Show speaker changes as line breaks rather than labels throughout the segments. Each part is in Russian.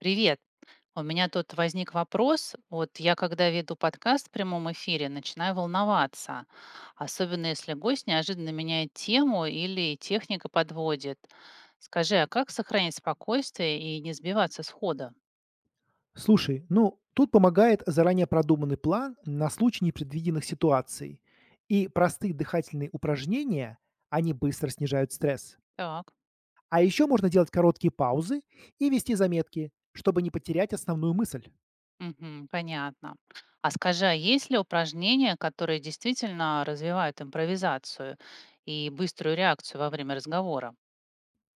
Привет. У меня тут возник вопрос. Вот я, когда веду подкаст в прямом эфире, начинаю волноваться, особенно если гость неожиданно меняет тему или техника подводит. Скажи, а как сохранить спокойствие и не сбиваться с хода?
Слушай, ну, тут помогает заранее продуманный план на случай непредвиденных ситуаций. И простые дыхательные упражнения, они быстро снижают стресс.
Так,
А еще можно делать короткие паузы и вести заметки, чтобы не потерять основную мысль.
мгм, понятно. А скажи, а есть ли упражнения, которые действительно развивают импровизацию и быструю реакцию во время разговора?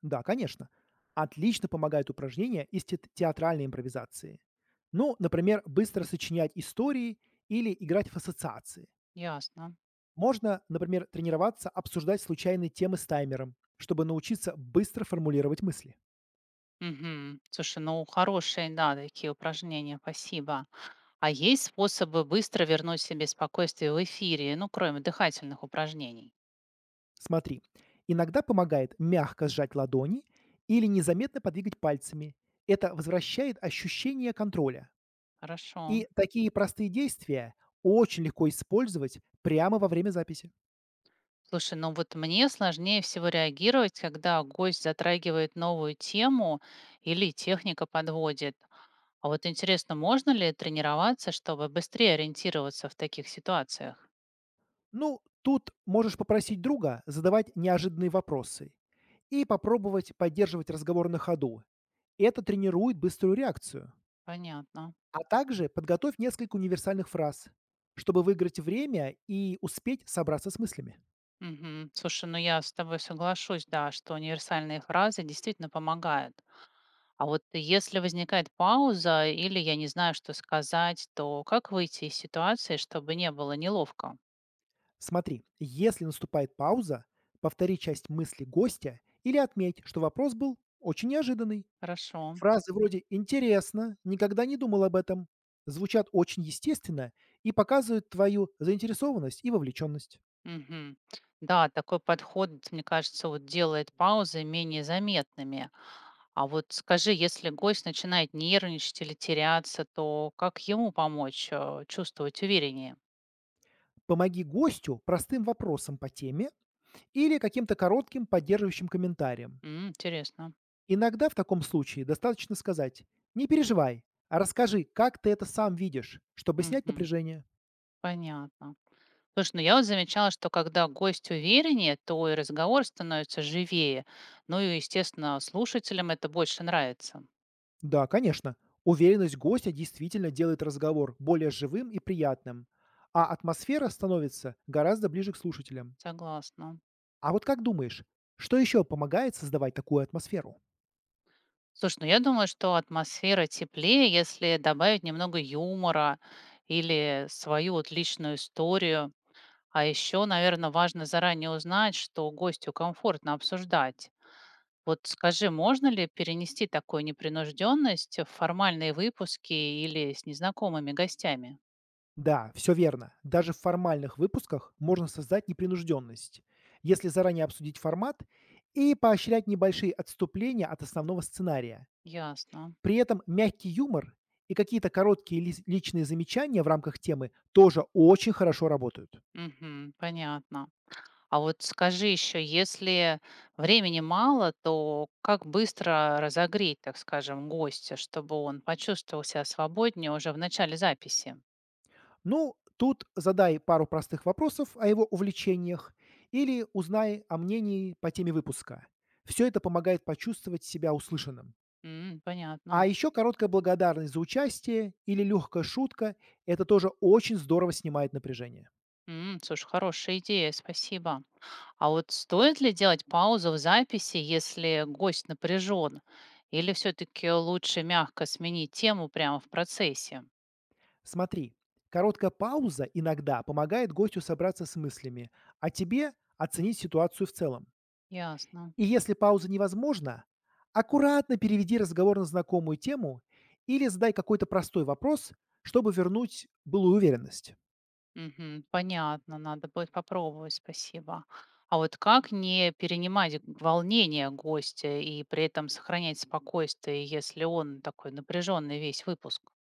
Да, конечно. Отлично помогают упражнения из театральной импровизации. Ну, например, быстро сочинять истории или играть в ассоциации.
Ясно.
Можно, например, тренироваться обсуждать случайные темы с таймером, чтобы научиться быстро формулировать мысли.
Мгм. Слушай, ну хорошие, да, такие упражнения, спасибо. А есть способы быстро вернуть себе спокойствие в эфире, ну, кроме дыхательных упражнений?
Смотри, иногда помогает мягко сжать ладони или незаметно подвигать пальцами. Это возвращает ощущение контроля.
Хорошо.
И такие простые действия очень легко использовать прямо во время записи.
Слушай, ну вот мне сложнее всего реагировать, когда гость затрагивает новую тему или техника подводит. А вот интересно, можно ли тренироваться, чтобы быстрее ориентироваться в таких ситуациях?
Ну, тут можешь попросить друга задавать неожиданные вопросы и попробовать поддерживать разговор на ходу. Это тренирует быструю реакцию.
Понятно.
А также подготовь несколько универсальных фраз, чтобы выиграть время и успеть собраться с мыслями.
Мгм. Слушай, ну я с тобой соглашусь, да, что универсальные фразы действительно помогают. А вот если возникает пауза или я не знаю, что сказать, то как выйти из ситуации, чтобы не было неловко?
Смотри, если наступает пауза, повтори часть мысли гостя или отметь, что вопрос был очень неожиданный.
Хорошо.
Фразы вроде «интересно», «никогда не думал об этом» звучат очень естественно и показывают твою заинтересованность и вовлеченность.
Мгм. Да, такой подход, мне кажется, вот делает паузы менее заметными. А вот скажи, если гость начинает нервничать или теряться, то как ему помочь чувствовать увереннее?
Помоги гостю простым вопросом по теме или каким-то коротким поддерживающим комментарием.
М, интересно.
Иногда в таком случае достаточно сказать «не переживай», а расскажи, как ты это сам видишь, чтобы снять
Мгм.
напряжение.
Понятно. Слушай, ну я вот замечала, что когда гость увереннее, то и разговор становится живее. Ну и, естественно, слушателям это больше нравится.
Да, конечно. Уверенность гостя действительно делает разговор более живым и приятным, а атмосфера становится гораздо ближе к слушателям.
Согласна.
А вот как думаешь, что еще помогает создавать такую атмосферу?
Слушай, ну я думаю, что атмосфера теплее, если добавить немного юмора или свою вот личную историю. А еще, наверное, важно заранее узнать, что гостю комфортно обсуждать. Вот скажи, можно ли перенести такую непринужденность в формальные выпуски или с незнакомыми гостями?
Да, все верно. Даже в формальных выпусках можно создать непринужденность, если заранее обсудить формат и поощрять небольшие отступления от основного сценария.
Ясно.
При этом мягкий юмор и какие-то короткие личные замечания в рамках темы тоже очень хорошо работают.
Мгм. Понятно. А вот скажи еще, если времени мало, то как быстро разогреть, так скажем, гостя, чтобы он почувствовал себя свободнее уже в начале записи?
Ну, тут задай пару простых вопросов о его увлечениях или узнай о мнении по теме выпуска. Все это помогает почувствовать себя услышанным.
М,
А
понятно.
еще короткая благодарность за участие или легкая шутка– это тоже очень здорово снимает напряжение.
М, слушай, хорошая идея, спасибо. А вот стоит ли делать паузу в записи, если гость напряжен? Или все-таки лучше мягко сменить тему прямо в процессе?
Смотри, короткая пауза иногда помогает гостю собраться с мыслями, а тебе– оценить ситуацию в целом.
Ясно.
И если пауза невозможна, аккуратно переведи разговор на знакомую тему или задай какой-то простой вопрос, чтобы вернуть былую уверенность.
Мгм. Понятно, надо будет попробовать, спасибо. А вот как не перенимать волнение гостя и при этом сохранять спокойствие, если он такой напряженный весь выпуск?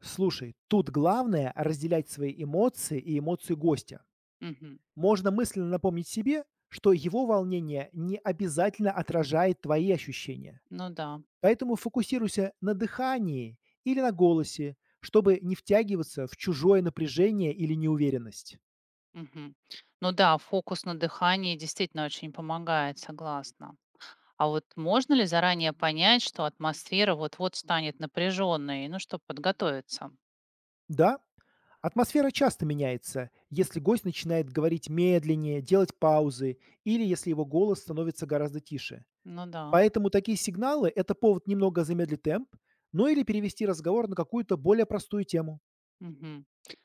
Слушай, тут главное разделять свои эмоции и эмоции гостя.
Мгм.
Можно мысленно напомнить себе, что его волнение не обязательно отражает твои ощущения.
Ну да.
Поэтому фокусируйся на дыхании или на голосе, чтобы не втягиваться в чужое напряжение или неуверенность.
Мгм. Ну да, фокус на дыхании действительно очень помогает, согласна. А вот можно ли заранее понять, что атмосфера вот-вот станет напряженной, ну, чтобы подготовиться?
Да, атмосфера часто меняется, если гость начинает говорить медленнее, делать паузы или если его голос становится гораздо тише.
Ну да.
Поэтому такие сигналы– это повод немного замедлить темп, ну или перевести разговор на какую-то более простую тему.
Мгм.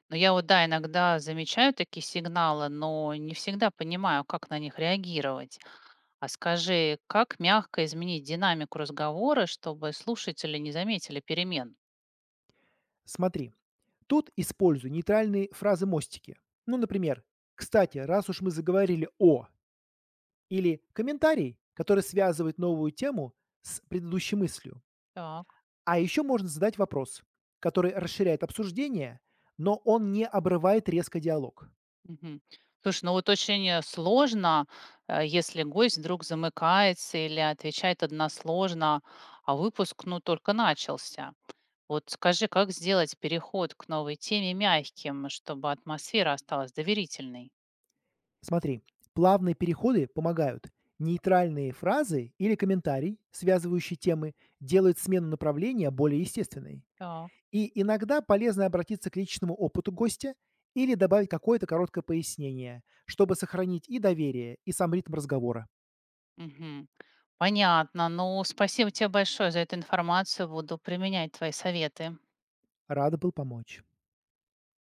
Ну, я вот, да, иногда замечаю такие сигналы, но не всегда понимаю, как на них реагировать. А скажи, как мягко изменить динамику разговора, чтобы слушатели не заметили перемен?
Смотри, тут используй нейтральные фразы-мостики. Ну, например, «Кстати, раз уж мы заговорили о…» или «Комментарий», который связывает новую тему с предыдущей мыслью.
Так.
А еще можно задать вопрос, который расширяет обсуждение, но он не обрывает резко диалог.
Мгм. Слушай, ну вот очень сложно, если гость вдруг замыкается или отвечает односложно, а выпуск, ну, только начался. Вот скажи, как сделать переход к новой теме мягким, чтобы атмосфера осталась доверительной?
Смотри, плавные переходы помогают. Нейтральные фразы или комментарий, связывающие темы, делают смену направления более естественной.
Так.
И иногда полезно обратиться к личному опыту гостя или добавить какое-то короткое пояснение, чтобы сохранить и доверие, и сам ритм разговора.
Мгм. Понятно. Ну, спасибо тебе большое за эту информацию. Буду применять твои советы.
Рада был помочь.